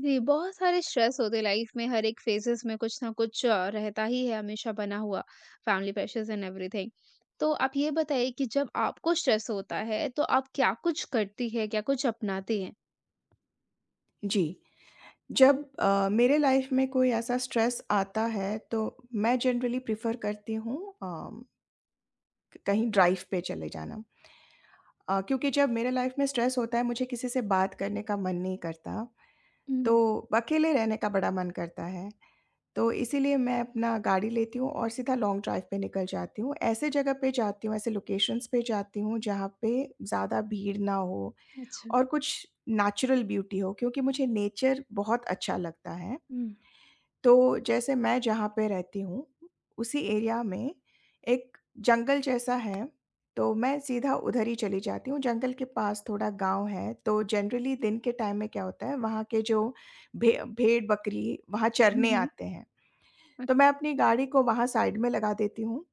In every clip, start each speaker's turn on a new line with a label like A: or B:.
A: जी, बहुत सारे स्ट्रेस होते हैं लाइफ में हर एक फेजेस में कुछ ना कुछ रहता ही है हमेशा बना हुआ। Family pressures and everything. तो आप ये बताइए कि जब आपको स्ट्रेस होता है तो आप क्या कुछ करती है, क्या कुछ अपनाती हैं?
B: जी, जब मेरे लाइफ़ में कोई ऐसा स्ट्रेस आता है तो मैं जनरली प्रेफ़र करती हूँ अ, क कहीं ड्राइव पे चले जाना। क्योंकि जब मेरे लाइफ़ में स्ट्रेस होता है मुझे किसी से बात करने का मन नहीं करता,
A: हुँ,
B: तो अकेले रहने का बड़ा मन करता है। तो इसीलिए मैं अपना गाड़ी लेती हूँ और सीधा लॉन्ग ड्राइव पे निकल जाती हूँ। ऐसे जगह पे जाती हूँ, ऐसे लोकेशंस पे जाती हूँ जहाँ पे ज़्यादा भीड़ ना हो
A: अच्छा।
B: और कुछ नेचुरल ब्यूटी हो, क्योंकि मुझे नेचर बहुत अच्छा लगता है।
A: हुँ,
B: तो जैसे मैं जहाँ पे रहती हूँ, उसी एरिया में एक जंगल जैसा है, तो मैं सीधा उधर ही चली जाती हूँ। जंगल के पास थोड़ा गाँव है, तो जनरली दिन के टाइम में क्या होता है, वहाँ के जो भे भेड़-बकरी वहाँ
A: हुँ,
B: चरने
A: हुँ।
B: आते हैं। तो मैं
A: अच्छा।
B: अपनी गाड़ी को वहाँ साइड में लगा देती हूँ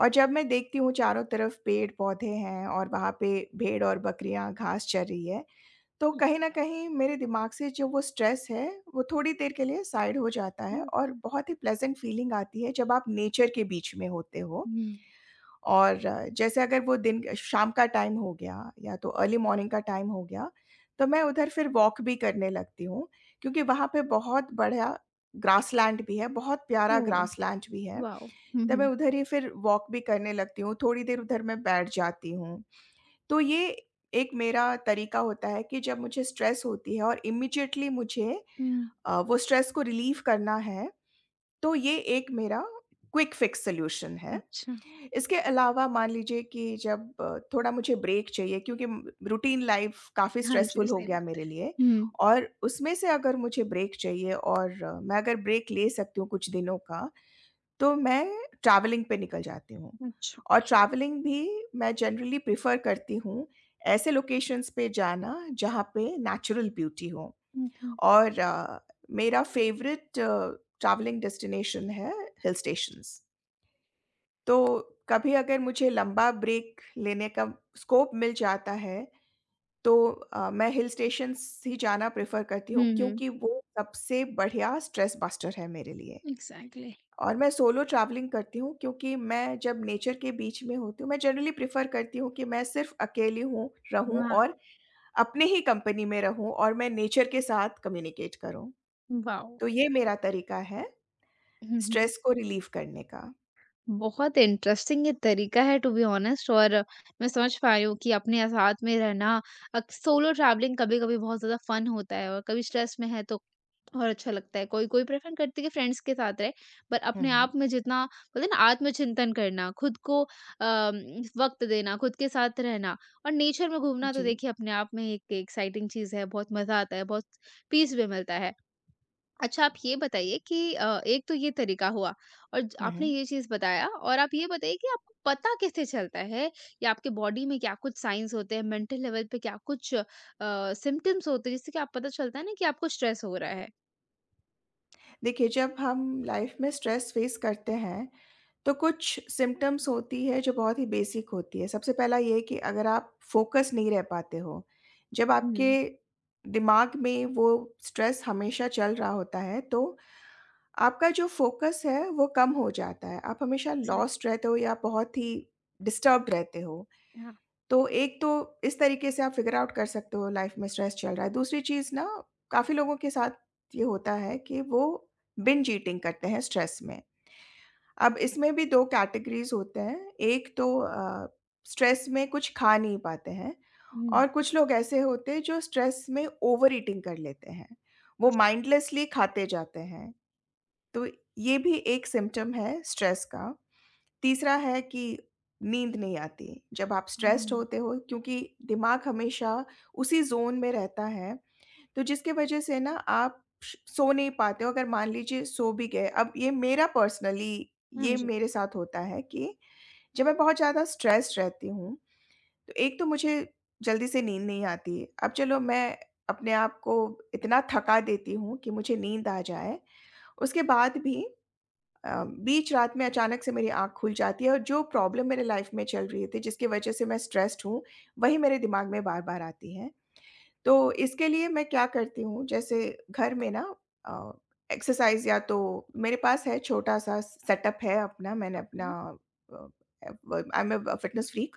B: और जब मैं देखती हूँ चारों तरफ पेड़-पौधे हैं और वहाँ पे भेड़ और बकरियाँ घास चर रही है, तो कहीं न कहीं मेरे दिमाग से जो वो स्ट्रेस है, वो थोड़ी देर के लिए साइड हो जाता है और
A: बिल्कुल,
B: बहुत ही प्लेज़ेंट फीलिंग आती है जब आप नेचर के बीच में होते हो।
A: हुँ।
B: और जैसे अगर वो दिन शाम का टाइम हो गया या तो अर्ली मॉर्निंग का टाइम हो गया, तो मैं उधर फिर वॉक भी करने लगती हूँ, क्योंकि वहाँ पे बहुत बढ़िया ग्रासलैंड भी है, बहुत प्यारा
A: ओह!
B: ग्रासलैंड भी है।
A: वाओ! हुँ,
B: तो मैं
A: हुँ।
B: उधर ही फिर वॉक भी करने लगती हूँ, थोड़ी देर उधर मैं बैठ जाती हूँ। तो ये एक मेरा तरीका होता है कि जब मुझे स्ट्रेस होती है और इमीडिएटली मुझे
A: हुँ,
B: वो स्ट्रेस को रिलीव करना है, तो ये एक मेरा क्विक फिक्स सॉल्यूशन है।
A: अच्छा।
B: इसके अलावा मान लीजिए कि जब थोड़ा मुझे ब्रेक चाहिए, क्योंकि म रूटीन लाइफ़ काफ़ी
A: हाँ जी,
B: स्ट्रेसफुल हो
A: सही
B: गया
A: बात
B: मेरे
A: है।
B: लिए
A: हुँ।
B: और उसमें से अगर मुझे ब्रेक चाहिए और मैं अगर ब्रेक ले सकती हूँ कुछ दिनों का, तो मैं ट्रैवलिंग पे निकल जाती हूँ
A: अच्छा,
B: और ट्रैवलिंग भी मैं जनरली प्रेफ़र करती हूँ ऐसे लोकेशंस पे जाना जहाँ पे नेचुरल ब्यूटी हो।
A: हुँ, हुँ।
B: और मेरा फ़ेवरेट ट्रैवलिंग डेस्टिनेशन है हिल स्टेशंस। तो कभी अगर मुझे लंबा ब्रेक लेने का स्कोप मिल जाता है, तो मैं हिल स्टेशंस ही जाना प्रेफ़र करती हूँ,
A: हुँ, हुँ।
B: क्योंकि वो सबसे बढ़िया स्ट्रेस बस्टर है मेरे लिए।
A: एग्ज़ैक्टली।
B: और मैं सोलो ट्रैवलिंग करती हूँ, क्योंकि मैं जब नेचर के बीच में होती हूँ, मैं जनरली प्रेफ़र करती हूँ कि मैं सिर्फ़ अकेली हूँ रहूँ
A: हाँ।
B: और अपने ही कंपनी में रहूँ और मैं नेचर के साथ कम्युनिकेट करूँ।
A: वाओ!
B: तो ये मेरा तरीका है
A: हुँ, हुँ।
B: स्ट्रेस को रिलीव करने का।
A: बहुत इंटरेस्टिंग ये तरीका है टू बी ऑनेस्ट। और मैं समझ पा रही हूँ कि अपने साथ में रहना, सोलो ट्रैवलिंग कभी-कभी बहुत ज़्यादा फन होता है और कभी स्ट्रेस में है तो और अच्छा लगता है। कोई-कोई प्रेफर करती है कि फ्रेंड्स के साथ रहे, पर
B: हुँ,
A: अपने
B: हुँ।
A: आप में जितना बोलते हैं ना आत्मचिंतन करना, खुद को वक़्त देना, खुद के साथ रहना और नेचर में घूमना, तो
B: जी।
A: देखिए अपने आप में एक एक्साइटिंग चीज़ है, बहुत मज़ा आता है, बहुत पीस भी मिलता है। अच्छा, आप ये बताइए कि एक तो ये तरीका हुआ और ज
B: हुँ,
A: आपने
B: हुँ।
A: ये चीज़ बताया, और आप ये बताइए कि आपको पता कैसे चलता है या आपके बॉडी में क्या कुछ साइन्स होते हैं, मेंटल लेवल पे क्या कुछ सिम्पटम्स होते हैं जिससे कि आप पता चलता है ना कि आपको स्ट्रेस हो रहा है?
B: देखिए, जब हम लाइफ में स्ट्रेस फेस करते हैं, तो कुछ सिम्पटम्स होती है जो बहुत ही बेसिक होती है। सबसे पहला ये है कि अगर आप फ़ोकस नहीं रह पाते हो, जब
A: हुँ,
B: आपके दिमाग में वो स्ट्रेस हमेशा चल रहा होता है, तो आपका जो फ़ोकस है, वो कम हो जाता है। आप हमेशा लॉस्ट
A: एग्ज़ैक्टली
B: रहते हो या बहुत ही डिस्टर्ब्ड रहते हो।
A: हाँ।
B: तो एक तो इस तरीके से आप फिगर आउट कर सकते हो लाइफ में स्ट्रेस चल रहा है। दूसरी चीज़ ना, काफ़ी लोगों के साथ ये होता है कि वो बिंज ईटिंग करते हैं स्ट्रेस में। अब इसमें भी 2 कैटेगरीज़ होते हैं। एक तो स्ट्रेस में कुछ खा नहीं पाते हैं
A: हुँ।
B: और कुछ लोग ऐसे होते हैं जो स्ट्रेस में ओवर ईटिंग कर लेते हैं। वो
A: जी,
B: माइंडलेसली खाते जाते हैं। तो ये भी एक सिम्पटम है स्ट्रेस का। तीसरा है कि नींद नहीं आती जब आप स्ट्रेस्ड
A: हाँ।
B: होते हो, क्योंकि दिमाग हमेशा उसी ज़ोन में रहता है, तो जिसकी वज़ह से ना आप श सो नहीं पाते हो। अगर मान लीजिए सो भी गए, अब ये मेरा पर्सनली
A: हाँ
B: ये
A: जी,
B: मेरे साथ होता है कि जब मैं बहुत ज़्यादा स्ट्रेस्ड रहती हूँ, तो एक तो मुझे जल्दी से नींद नहीं आती है। अब चलो मैं अपने आप को इतना थका देती हूँ कि मुझे नींद आ जाए, उसके बाद भी अ, बीच रात में अचानक से मेरी आँख खुल जाती है और जो प्रॉब्लम मेरे लाइफ में चल रही थी जिसकी वजह से मैं स्ट्रेस्ड हूँ, वही मेरे दिमाग में बार-बार आती है। तो इसके लिए मैं क्या करती हूँ, जैसे घर में ना अ, एक्सरसाइज़ या तो मेरे पास है, छोटा-सा सेटअप है अपना, मैंने
A: ओके।
B: अपना अ, व I am a fitness freak.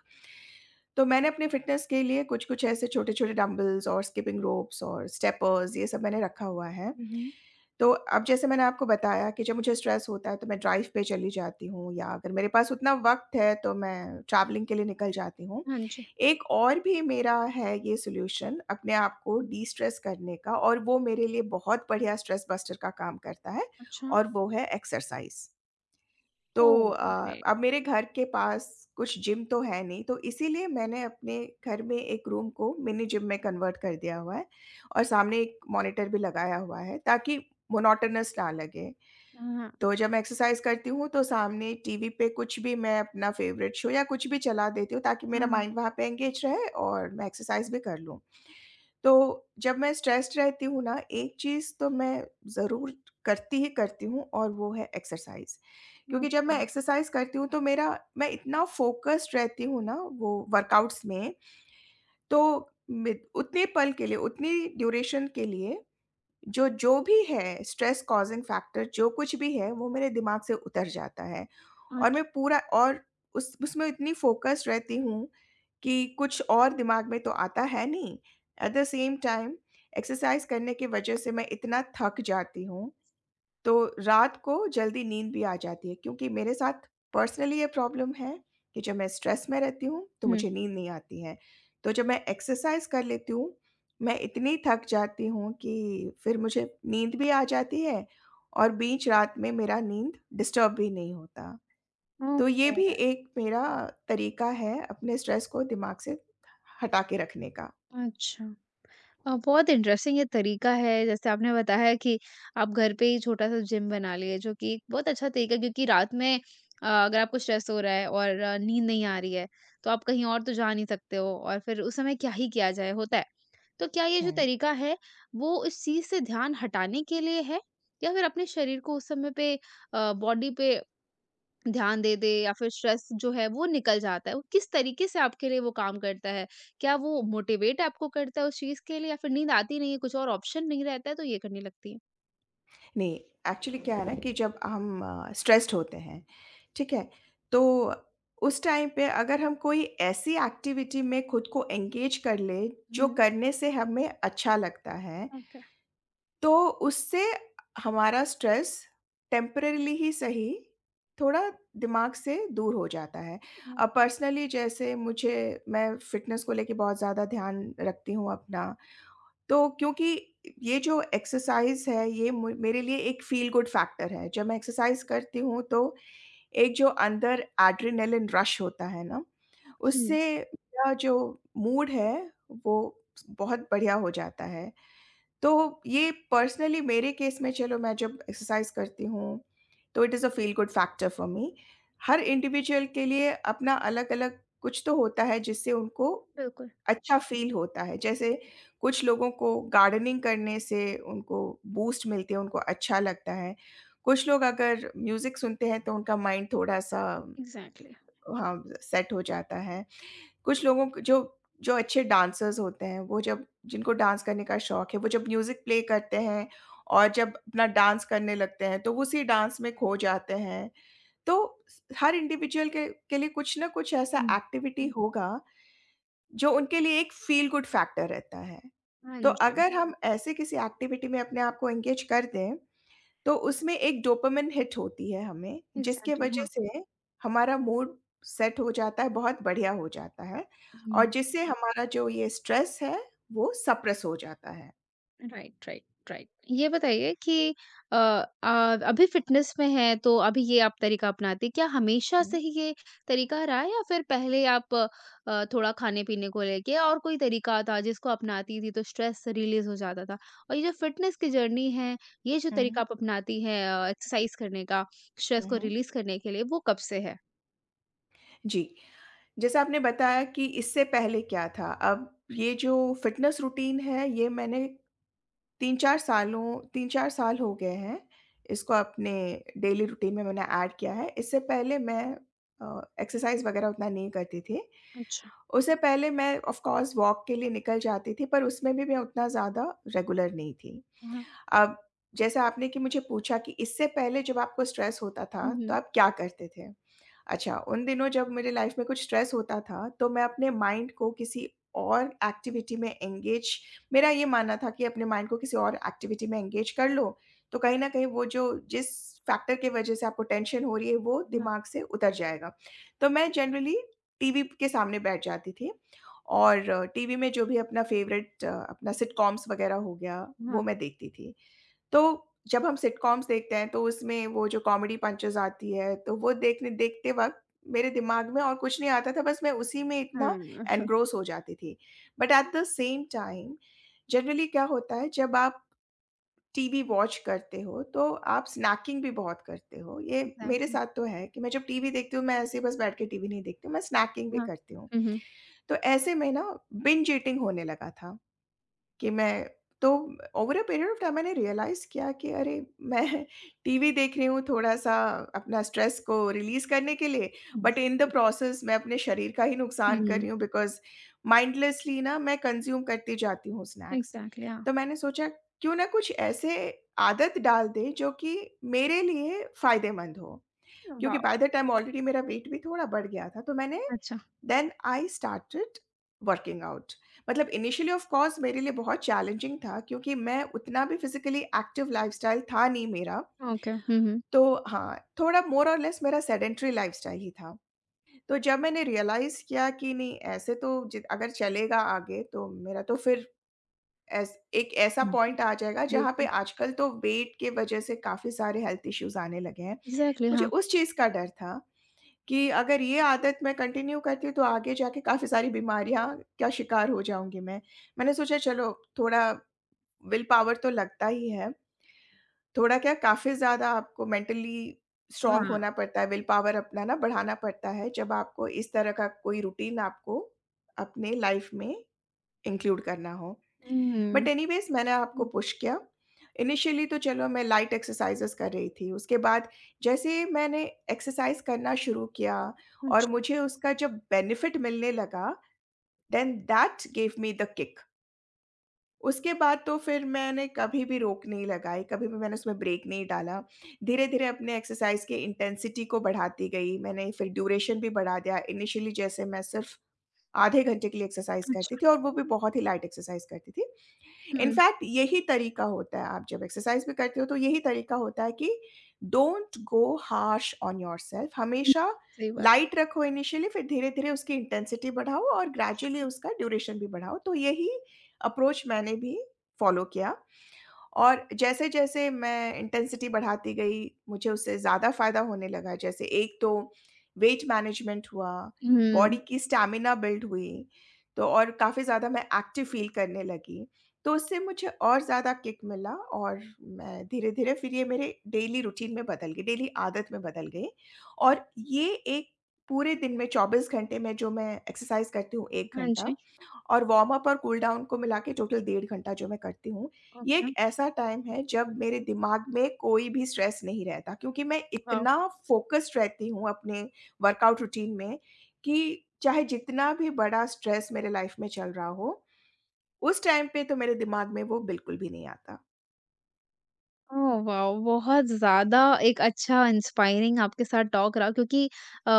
B: तो मैंने अपने फिटनेस के लिए कुछ-कुछ ऐसे छोटे-छोटे डंबल्स और स्किपिंग रोप्स और स्टेपर्स, ये सब मैंने रखा हुआ है।
A: हुँ, हुँ।
B: तो अब जैसे मैंने आपको बताया कि जब मुझे स्ट्रेस होता है तो मैं ड्राइव पे चली जाती हूँ, या अगर मेरे पास उतना वक़्त है तो मैं ट्रैवलिंग के लिए निकल जाती हूँ।
A: हाँ जी,
B: एक और भी मेरा है ये सॉल्यूशन अपने आप को डिस्ट्रेस करने का और वो मेरे लिए बहुत बढ़िया स्ट्रेस बस्टर का काम करता है,
A: अच्छा।
B: और वो है एक्सरसाइज़। तो
A: ओह! ग्रेट।
B: अब मेरे घर के पास कुछ जिम तो है नहीं, तो इसीलिए मैंने अपने घर में एक रूम को मिनी जिम में कन्वर्ट कर दिया हुआ है और सामने एक मॉनिटर भी लगाया हुआ है ताकि मोनोटोनस ना लगे।
A: हाँ,
B: तो जब मैं एक्सरसाइज़ करती हूँ, तो सामने टीवी पे कुछ भी, मैं अपना फ़ेवरेट शो या कुछ भी चला देती हूँ, ताकि मेरा
A: हाँ,
B: माइंड वहाँ पे एंगेज रहे और मैं एक्सरसाइज़ भी कर लूँ। तो जब मैं स्ट्रेस्ड रहती हूँ ना, एक चीज़ तो मैं ज़रूर करती ही करती हूँ और वो है एक्सरसाइज़। क्योंकि जब मैं
A: ओके,
B: एक्सरसाइज़ करती हूँ तो मेरा मैं इतना फ़ोकस्ड रहती हूँ ना वो वर्कआउट्स में, तो मे उतने पल के लिए, उतनी ड्यूरेशन के लिए जो जो भी है स्ट्रेस कॉज़िंग फैक्टर, जो कुछ भी है वो मेरे दिमाग से उतर जाता है और
A: अच्छा।
B: मैं पूरा और उस उसमें इतनी फ़ोकस्ड रहती हूँ कि कुछ और दिमाग में तो आता है नहीं। At the same time exercise करने की वज़ह से मैं इतना थक जाती हूँ, तो रात को जल्दी नींद भी आ जाती है, क्योंकि मेरे साथ पर्सनली ये प्रॉब्लम है कि जब मैं स्ट्रेस में रहती हूँ, तो
A: हुँ।
B: मुझे नींद नहीं आती है। तो जब मैं एक्सरसाइज़ कर लेती हूँ, मैं इतनी थक जाती हूँ कि फिर मुझे नींद भी आ जाती है और बीच रात में मेरा नींद डिस्टर्ब भी नहीं होता। तो ये भी
A: ओके,
B: एक मेरा तरीका है अपने स्ट्रेस को दिमाग से हटा के रखने का।
A: अच्छा। बहुत इंटरेस्टिंग ये तरीका है, जैसे आपने बताया कि आप घर पे ही छोटा-सा जिम बना लिए, जो कि एक बहुत अच्छा तरीका है क्योंकि रात में अगर आपको स्ट्रेस हो रहा है और नींद नहीं आ रही है, तो आप कहीं और तो जा नहीं सकते हो, और फिर उस समय क्या ही किया जाए, होता है। तो क्या ये जो
B: हुँ।
A: तरीका है, वो इस चीज़ से ध्यान हटाने के लिए है या फिर अपने शरीर को उस समय पे, बॉडी पे ध्यान दे दे या फिर स्ट्रेस जो है वो निकल जाता है, वो किस तरीके से आपके लिए वो काम करता है? क्या वो मोटिवेट आपको करता है उस चीज़ के लिए या फिर नींद आती नहीं है, कुछ और ऑप्शन नहीं रहता है तो ये करने लगती हैं?
B: नहीं, एक्चुअली क्या है ना कि जब हम स्ट्रेस्ड होते हैं, ठीक है? तो उस टाइम पे अगर हम कोई ऐसी एक्टिविटी में खुद को एंगेज कर लें, जो
A: हुँ,
B: करने से हमें अच्छा लगता है,
A: ओके,
B: तो उससे हमारा स्ट्रेस टेम्परेरीली ही सही, थोड़ा दिमाग से दूर हो जाता है।
A: हुँ,
B: अब पर्सनली जैसे मुझे मैं फ़िटनेस को लेके बहुत ज़्यादा ध्यान रखती हूँ अपना, तो क्योंकि ये जो एक्सरसाइज़ है ये मु मेरे लिए एक फ़ील गुड फैक्टर है। जब मैं एक्सरसाइज़ करती हूँ तो एक जो अंदर एड्रेनलिन रश होता है ना,
A: हुँ।
B: उससे मेरा जो मूड है वो बहुत बढ़िया हो जाता है। तो ये पर्सनली मेरे केस में, चलो मैं जब एक्सरसाइज़ करती हूँ, तो it is a feel good factor for me. हर इंडिविजुअल के लिए अपना अलग-अलग कुछ तो होता है जिससे उनको
A: बिल्कुल,
B: अच्छा फ़ील होता है। जैसे कुछ लोगों को गार्डनिंग करने से उनको बूस्ट मिलती है, उनको अच्छा लगता है। कुछ लोग अगर म्यूज़िक सुनते हैं तो उनका माइंड थोड़ा-सा,
A: एग्ज़ैक्टली,
B: हाँ, सेट हो जाता है। कुछ लोगों क जो जो अच्छे डांसर्स होते हैं, वो जब जिनको डांस करने का शौक है, वो जब म्यूज़िक प्ले करते हैं और जब अपना डांस करने लगते हैं, तो वो उसी डांस में खो जाते हैं। तो स हर इंडिविजुअल के लिए कुछ ना कुछ ऐसा
A: हुँ।
B: एक्टिविटी हुँ। होगा, जो उनके लिए एक फ़ील गुड फैक्टर रहता है।
A: हाँ
B: तो
A: जी।
B: अगर हम ऐसे किसी एक्टिविटी में अपने आप को एंगेज कर दें तो उसमें एक डोपामाइन हिट होती है हमें, जिसके
A: एग्ज़ैक्टली,
B: वजह
A: हाँ।
B: से हमारा मूड सेट हो जाता है, बहुत बढ़िया हो जाता है और
A: हुँ।
B: जिससे हमारा जो ये स्ट्रेस है, वो सप्रेस हो जाता है।
A: Right, right, right. ये बताइए कि अभी फ़िटनेस में हैं तो अभी ये आप तरीका अपनाते हैं। क्या हमेशा से
B: हुँ,
A: ही ये तरीका रहा है या फिर पहले आप थोड़ा खाने-पीने को लेके और कोई तरीका था जिसको अपनाती थी तो स्ट्रेस रिलीज़ हो जाता था? और ये जो फ़िटनेस की जर्नी है, ये जो
B: हुँ,
A: तरीका
B: हुँ,
A: आप अपनाती हैं एक्सरसाइज़ करने का, स्ट्रेस
B: हुँ,
A: को
B: हुँ।
A: रिलीज़ करने के लिए, वो कब से है?
B: जी, जैसा आपने बताया कि इससे पहले क्या था, अब ये जो फ़िटनेस रूटीन है, ये मैंने 3-4 सालों 3-4 साल हो गए हैं, इसको अपने डेली रूटीन में मैंने ऐड किया है। इससे पहले मैं अ, एक्सरसाइज़ वगैरह उतना नहीं करती थी।
A: अच्छा,
B: उससे पहले मैं ऑफ़ कोर्स वॉक के लिए निकल जाती थी, पर उसमें भी मैं उतना ज़्यादा रेगुलर नहीं थी।
A: हाँ।
B: अब जैसे आपने कि मुझे पूछा कि इससे पहले जब आपको स्ट्रेस होता
A: हुँ,
B: था, तो
A: हुँ।
B: आप क्या करते थे? अच्छा, उन दिनों जब मेरे लाइफ़ में कुछ स्ट्रेस होता था, तो मैं अपने माइंड को किसी और एक्टिविटी में एंगेज, मेरा ये मानना था कि अपने माइंड को किसी और एक्टिविटी में एंगेज कर लो, तो कहीं न कहीं वो जो जिस फैक्टर की वजह से आपको टेंशन हो रही है, वो
A: हाँ,
B: दिमाग से उतर जाएगा। तो मैं जनरली टीवी के सामने बैठ जाती थी और टीवी में जो भी अपना फ़ेवरेट अपना सिटकॉम्स वग़ैरह हो गया, वो
A: हाँ।
B: मैं देखती थी। तो जब हम सिटकॉम्स देखते हैं तो उसमें वो जो कॉमेडी पंचेज़ आती है, तो वो देखने देखते वक़्त मेरे दिमाग में और कुछ नहीं आता था, बस मैं उसी में
A: हाँ,
B: इतना एनग्रोस हो जाती थी। But at the same time generally क्या होता है जब आप टीवी वॉच करते हो, तो आप स्नैकिंग भी बहुत करते हो। ये मेरे
A: एग्ज़ैक्टली,
B: साथ तो है कि मैं जब टीवी देखती हूँ, मैं ऐसे ही बस बैठ के टीवी नहीं देखती हूँ, मैं स्नैकिंग भी
A: हाँ।
B: करती हूँ।
A: हुँ, हुँ।
B: तो ऐसे में ना बिंज ईटिंग होने लगा था। कि मैं तो over a period of time मैंने रियलाइज़ किया कि अरे मैं टीवी देख रही हूँ थोड़ा-सा अपना स्ट्रेस को रिलीज़ करने के लिए, बट इन द प्रोसेस मैं अपने शरीर का ही नुकसान कर
A: हुँ।
B: रही हूँ बिकॉज़ माइंडलेसली ना मैं कंज़्यूम करती जाती हूँ स्नैक्स।
A: एग्ज़ैक्टली हाँ।
B: तो मैंने सोचा क्यों ना कुछ ऐसे आदत डाल दें जो कि मेरे लिए फ़ायदेमंद हो। क्योंकि
A: wow!
B: By the time already मेरा वेट भी थोड़ा बढ़ गया था, तो मैंने
A: अच्छा,
B: then I started working out. मतलब इनिशियली ऑफ कोर्स मेरे लिए बहुत चैलेंजिंग था, क्योंकि मैं उतना भी फिज़िकली एक्टिव लाइफ़स्टाइल था नहीं मेरा।
A: ओके। हुँ, हुँ।
B: तो हाँ, थोड़ा मोर और लेस मेरा सेडेंटरी लाइफ़स्टाइल ही था। तो जब मैंने रियलाइज़ किया कि नहीं, ऐसे तो जि अगर चलेगा आगे तो मेरा तो फिर ऐस एक ऐसा
A: हुँ। हुँ,
B: पॉइंट आ जाएगा जहाँ पे
A: बिल्कुल।
B: आजकल तो वेट के वज़ह से काफ़ी सारे हेल्थ इश्यूज़ आने लगे हैं।
A: एग्ज़ैक्टली
B: मुझे
A: हाँ।
B: उस चीज़ का डर था कि अगर ये आदत मैं कंटिन्यू करती हूँ तो आगे जाके काफ़ी सारी बीमारियाँ का शिकार हो जाऊँगी मैं। मैंने सोचा चलो थोड़ा विल पावर तो लगता ही है, थोड़ा क्या, काफ़ी ज़्यादा आपको मेंटली स्ट्रॉन्ग
A: हाँ।
B: होना पड़ता है, विल पावर अपना ना बढ़ाना पड़ता है, जब आपको इस तरह का कोई रूटीन आपको अपने लाइफ़ में इंक्लूड करना हो।
A: हुँ,
B: बट एनीवेज़ मैंने आपको
A: हुँ।
B: पुश किया। इनिशियली तो चलो मैं लाइट एक्सरसाइज़ेज़ कर रही थी, उसके बाद जैसे ही मैंने एक्सरसाइज़ करना शुरू किया और
A: अच्छा,
B: मुझे उसका जब बेनिफिट मिलने लगा, then that give me the kick. उसके बाद तो फिर मैंने कभी भी रोक नहीं लगाई, कभी भी मैंने उसमें ब्रेक नहीं डाला। धीरे-धीरे अपने एक्सरसाइज़ की इंटेंसिटी को बढ़ाती गई, मैंने फिर ड्यूरेशन भी बढ़ा दिया। इनिशियली जैसे मैं सिर्फ़ आधे घंटे के लिए एक्सरसाइज़ करती
A: अच्छा।
B: थी, और वो भी बहुत ही लाइट एक्सरसाइज़ करती थी।
A: हुँ।
B: इनफैक्ट यही तरीका होता है, आप जब एक्सरसाइज़ भी करते हो तो यही तरीका होता है कि don't go harsh on yourself, हमेशा
A: सही बात।
B: लाइट रखो इनिशियली, फिर धीरे-धीरे उसकी इंटेंसिटी बढ़ाओ और ग्रेजुअली उसका ड्यूरेशन भी बढ़ाओ। तो यही अप्रोच मैंने भी फॉलो किया। और जैसे-जैसे मैं इंटेंसिटी बढ़ाती गई, मुझे उससे ज़्यादा फ़ायदा होने लगा। जैसे एक तो वेट मैनेजमेंट हुआ, बॉडी
A: हुँ।
B: की स्टैमिना बिल्ड हुई, तो और काफ़ी ज़्यादा मैं एक्टिव फ़ील करने लगी। तो उससे मुझे और ज़्यादा किक मिला, और मैं धीरे-धीरे फिर ये मेरे डेली रूटीन में बदल गई, डेली आदत में बदल गई। और ये एक पूरे दिन में 24 घंटे में जो मैं एक्सरसाइज़ करती हूँ 1
A: हाँ
B: घंटा,
A: जी,
B: और वार्म अप और कूल डाउन को मिला के टोटल 1.5 घंटा जो मैं करती हूँ, ये एक
A: ओके,
B: ऐसा टाइम है जब मेरे दिमाग में कोई भी स्ट्रेस नहीं रहता, क्योंकि मैं
A: वाओ!
B: इतना फ़ोकस्ड रहती हूँ अपने वर्कआउट रूटीन में कि चाहे जितना भी बड़ा स्ट्रेस मेरे लाइफ़ में चल रहा हो, उस टाइम पे तो मेरे दिमाग में वो बिल्कुल भी नहीं आता।
A: Oh wow! बहुत ज़्यादा एक अच्छा इंस्पायरिंग आपके साथ टॉक रहा, क्योंकि अ,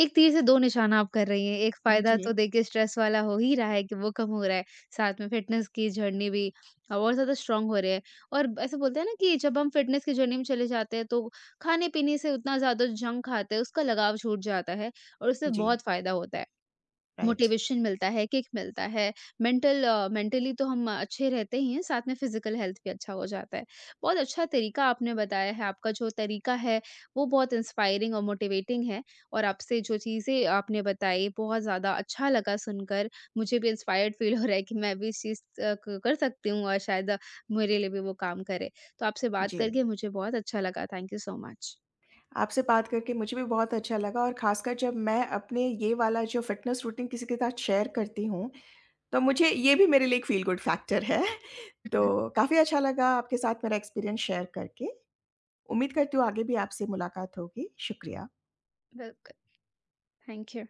A: एक तीर से दो निशाना आप कर रही हैं। एक फ़ायदा
B: जी।
A: तो देखिए स्ट्रेस वाला हो ही रहा है कि वो कम हो रहा है, साथ में फ़िटनेस की जर्नी भी और ज़्यादा स्ट्रॉन्ग हो रही है। और ऐसे बोलते हैं ना कि जब हम फ़िटनेस की जर्नी में चले जाते हैं तो खाने-पीने से उतना ज़्यादा जंक खाते हैं, उसका लगाव छूट जाता है और उससे
B: जी,
A: बहुत फ़ायदा होता है।
B: राइट।
A: मोटिवेशन मिलता है, किक मिलता है, मेंटली तो हम अच्छे रहते ही हैं, साथ में फिज़िकल हेल्थ भी अच्छा हो जाता है। बहुत अच्छा तरीका आपने बताया है, आपका जो तरीका है, वो बहुत इंस्पायरिंग और मोटिवेटिंग है, और आपसे जो चीज़ें आपने बताई, बहुत ज़्यादा अच्छा लगा सुनकर। मुझे भी इंस्पायर्ड फ़ील हो रहा है कि मैं भी इस चीज़ अ, क कर सकती हूँ, और शायद मेरे लिए भी वो काम करे। तो आपसे बात
B: जी।
A: करके मुझे बहुत अच्छा लगा। Thank you so much.
B: आपसे बात करके मुझे भी बहुत अच्छा लगा, और ख़ासकर जब मैं अपने ये वाला जो फ़िटनेस रूटीन किसी के साथ शेयर करती हूँ, तो मुझे ये भी मेरे लिए एक फ़ील गुड फैक्टर है। तो काफ़ी अच्छा लगा आपके साथ मेरा एक्सपीरियंस शेयर करके। उम्मीद करती हूँ आगे भी आपसे मुलाकात होगी। शुक्रिया।
A: वेलकम। Thank you.